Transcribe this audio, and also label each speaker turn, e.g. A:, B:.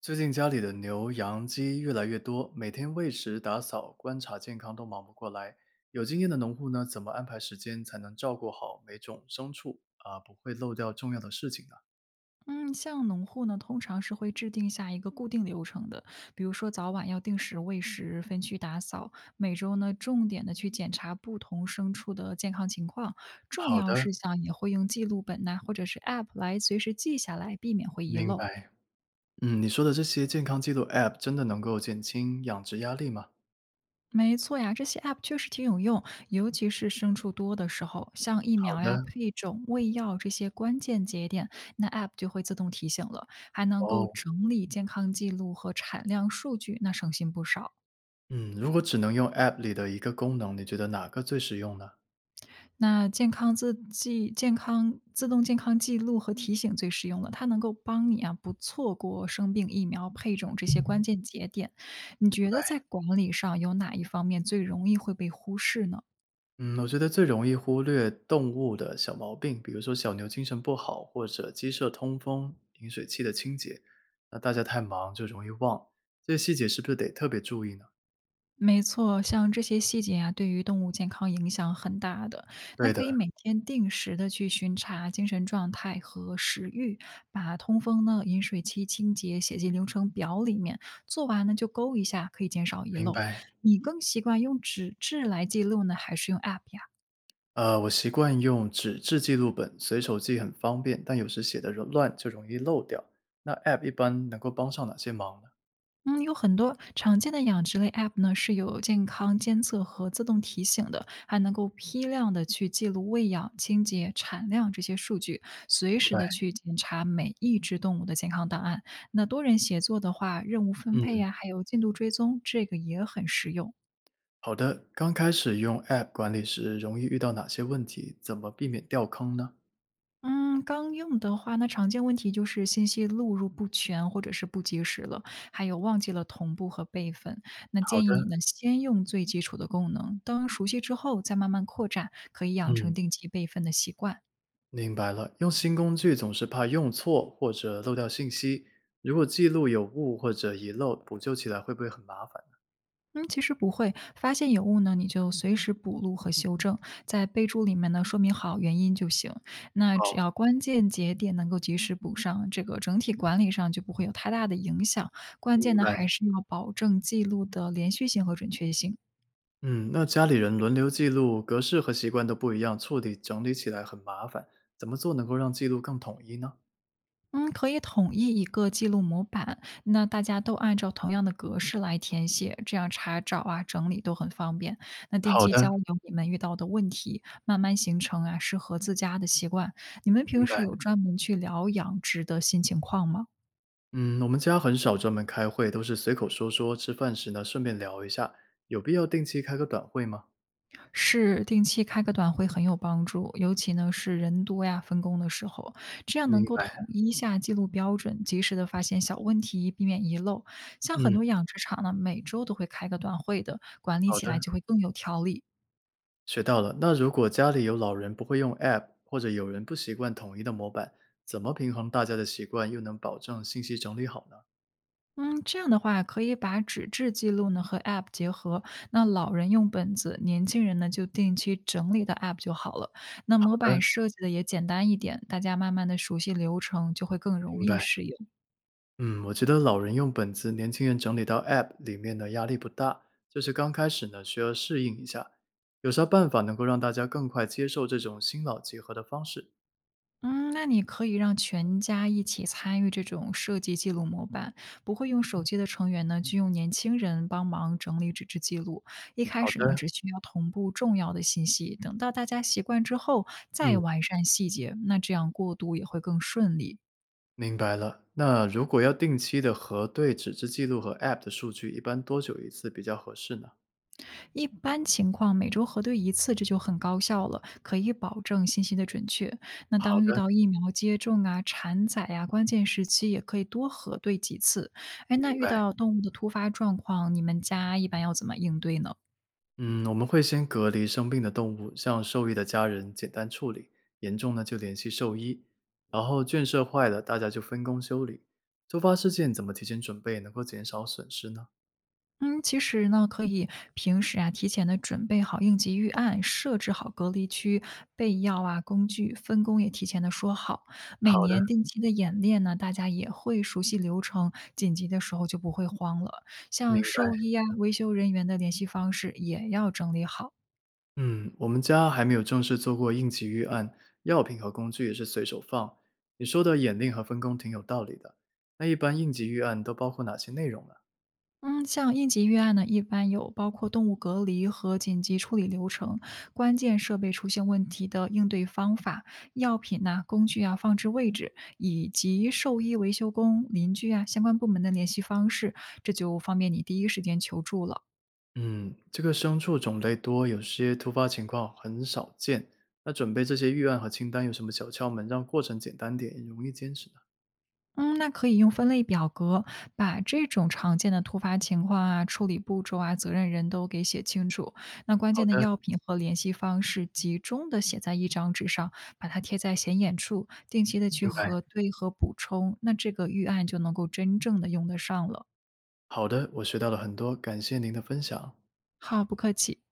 A: 最近家里的牛、羊、鸡越来越多，每天喂食、打扫、观察健康都忙不过来。有经验的农户呢，怎么安排时间才能照顾好每种牲畜啊，不会漏掉重要的事情呢？
B: 嗯，像农户呢，通常是会制定下一个固定流程的，比如说早晚要定时喂食、分区打扫，每周呢重点的去检查不同牲畜的健康情况，重
A: 好
B: 要
A: 的，
B: 事项也会用记录本呐、或者是 App 来随时记下来，避免会遗
A: 明
B: 漏。
A: 白。你说的这些健康记录 App 真的能够减轻养殖压力吗？
B: 没错呀，这些 App 确实挺有用，尤其是牲畜多的时候，像疫
A: 好
B: 苗呀、
A: 的。
B: 配种、喂药这些关键节点，那 App 就会自动提醒了，还能够
A: 哦。
B: 整理健康记录和产量数据，那省心不少。
A: 嗯，如果只能用 App 里的一个功能，你觉得哪个最实用呢？
B: 那健康自记健康自动健康记录和提醒最实用了，它能够帮你啊不错过生病、疫苗、配种这些关键节点。你
A: 明
B: 觉得
A: 白。
B: 在管理上有哪一方面最容易会被忽视呢？
A: 嗯，我觉得最容易忽略动物的小毛病，比如说小牛精神不好，或者鸡舍通风、饮水器的清洁，那大家太忙就容易忘，这些细节是不是得特别注意呢？
B: 没错，像这些细节啊，对于动物健康影响很大的。那
A: 对的，
B: 可以每天定时的去巡查精神状态和食欲，把通风呢、饮水期清洁写进流程表里面，做完呢就勾一下，可以减少遗
A: 明
B: 漏。
A: 白。
B: 你更习惯用纸质来记录呢，还是用 App 呀？
A: 我习惯用纸质记录本，随手记很方便，但有时写的乱就容易漏掉。那 App 一般能够帮上哪些忙呢？
B: 嗯，有很多常见的养殖类 App 呢，是有健康监测和自动提醒的，还能够批量的去记录喂养、清洁、产量这些数据，
A: 明
B: 随时
A: 白。
B: 的去检查每一只动物的健康档案。那多人协作的话，任务分配
A: 嗯，
B: 呀、还有进度追踪，这个也很实用。
A: 好的。刚开始用 App 管理时，容易遇到哪些问题？怎么避免掉坑呢？
B: 嗯，刚用的话，那常见问题就是信息录入不全或者是不及时了，还有忘记了同步和备份。那
A: 好
B: 建议
A: 的。
B: 你呢，先用最基础的功能，当熟悉之后再慢慢扩展，可以养成
A: 嗯，
B: 定期备份的习惯。
A: 明白了，用新工具总是怕用错或者漏掉信息，如果记录有误或者遗漏，补救起来会不会很麻烦。
B: 嗯，其实不会，发现有误呢，你就随时补录和修正，在备注里面呢说明好原因就行。那只
A: 好，
B: 要关键节点能够及时补上，这个整体管理上就不会有太大的影响。关
A: 明
B: 键呢
A: 白。
B: 还是要保证记录的连续性和准确性。
A: 嗯，那家里人轮流记录，格式和习惯都不一样，处理整理起来很麻烦，怎么做能够让记录更统一呢？
B: 嗯，可以统一一个记录模板，那大家都按照同样的格式来填写，这样查找啊、整理都很方便。那定
A: 好
B: 期交
A: 的，
B: 流你们遇到的问题，慢慢形成啊适合自家的习惯。你们
A: 明
B: 平时
A: 白。
B: 有专门去疗养值的新情况吗？
A: 嗯，我们家很少专门开会，都是随口说说，吃饭时呢顺便聊一下，有必要定期开个短会吗？
B: 是，定期开个短会很有帮助，尤其呢是人多呀、分工的时候，这样
A: 明
B: 能够
A: 白。
B: 统一一下记录标准，及时的发现小问题，避免遗漏。像很
A: 嗯，
B: 多养殖场呢，每周都会开个短会的，管理
A: 好
B: 起来
A: 的。
B: 就会更有条理。
A: 学到了。那如果家里有老人不会用 App，或者有人不习惯统一的模板，怎么平衡大家的习惯，又能保证信息整理好呢？
B: 嗯，这样的话可以把纸质记录呢和 App 结合，那老人用本子，年轻人呢就定期整理的 App 就好了。那
A: 好
B: 模
A: 的，
B: 板设计的也简单一点，大家慢慢的熟悉流程，就会更容
A: 明
B: 易
A: 白。
B: 适应。
A: 嗯，我觉得老人用本子，年轻人整理到 App 里面的压力不大，就是刚开始呢需要适应一下。有啥办法能够让大家更快接受这种新老结合的方式？
B: 嗯，那你可以让全家一起参与这种设计记录模板，不会用手机的成员呢，就用年轻人帮忙整理纸质记录。一开
A: 好
B: 始呢，
A: 的，
B: 只需要同步重要的信息，等到大家习惯之后，
A: 嗯，
B: 再完善细节，那这样过渡也会更顺利。
A: 明白了。那如果要定期的核对纸质记录和 App 的数据，一般多久一次比较合适呢？
B: 一般情况，每周核对一次，这就很高效了，可以保证信息的准确。那
A: 好
B: 当遇
A: 的，
B: 到疫苗接种啊、产仔呀、关键时期，也可以多核对几次。哎，那
A: 明
B: 遇
A: 白。
B: 到动物的突发状况，你们家一般要怎么应对呢？
A: 嗯，我们会先隔离生病的动物，向受益的家人简单处理，严重呢就联系兽医。然后圈舍坏了，大家就分工修理。突发事件怎么提前准备，能够减少损失呢？
B: 嗯，其实呢，可以平时啊，提前的准备好应急预案，设置好隔离区、备药啊、工具，分工也提前的说好。每
A: 好的，
B: 年定期的演练呢，大家也会熟悉流程，紧急的时候就不会慌了。
A: 明
B: 像
A: 白。
B: 兽医啊、维修人员的联系方式也要整理好。
A: 嗯，我们家还没有正式做过应急预案，药品和工具也是随手放。你说的演练和分工挺有道理的。那一般应急预案都包括哪些内容呢？
B: 嗯，像应急预案呢，一般有包括动物隔离和紧急处理流程、关键设备出现问题的应对方法、药品呐、工具啊、放置位置，以及兽医、维修工、邻居啊相关部门的联系方式，这就方便你第一时间求助了。
A: 嗯，这个牲畜种类多，有些突发情况很少见。那准备这些预案和清单有什么小窍门，让过程简单点，容易坚持呢？
B: 嗯，那可以用分类表格把这种常见的突发情况啊、处理步骤啊、责任人都给写清楚。那关
A: 好
B: 键的
A: 的，
B: 药品和联系方式集中的写在一张纸上，把它贴在显眼处，定期的去
A: 明白。
B: 核对和补充。那这个预案就能够真正的用得上了。
A: 好的，我学到了很多，感谢您的分享。
B: 好，不客气。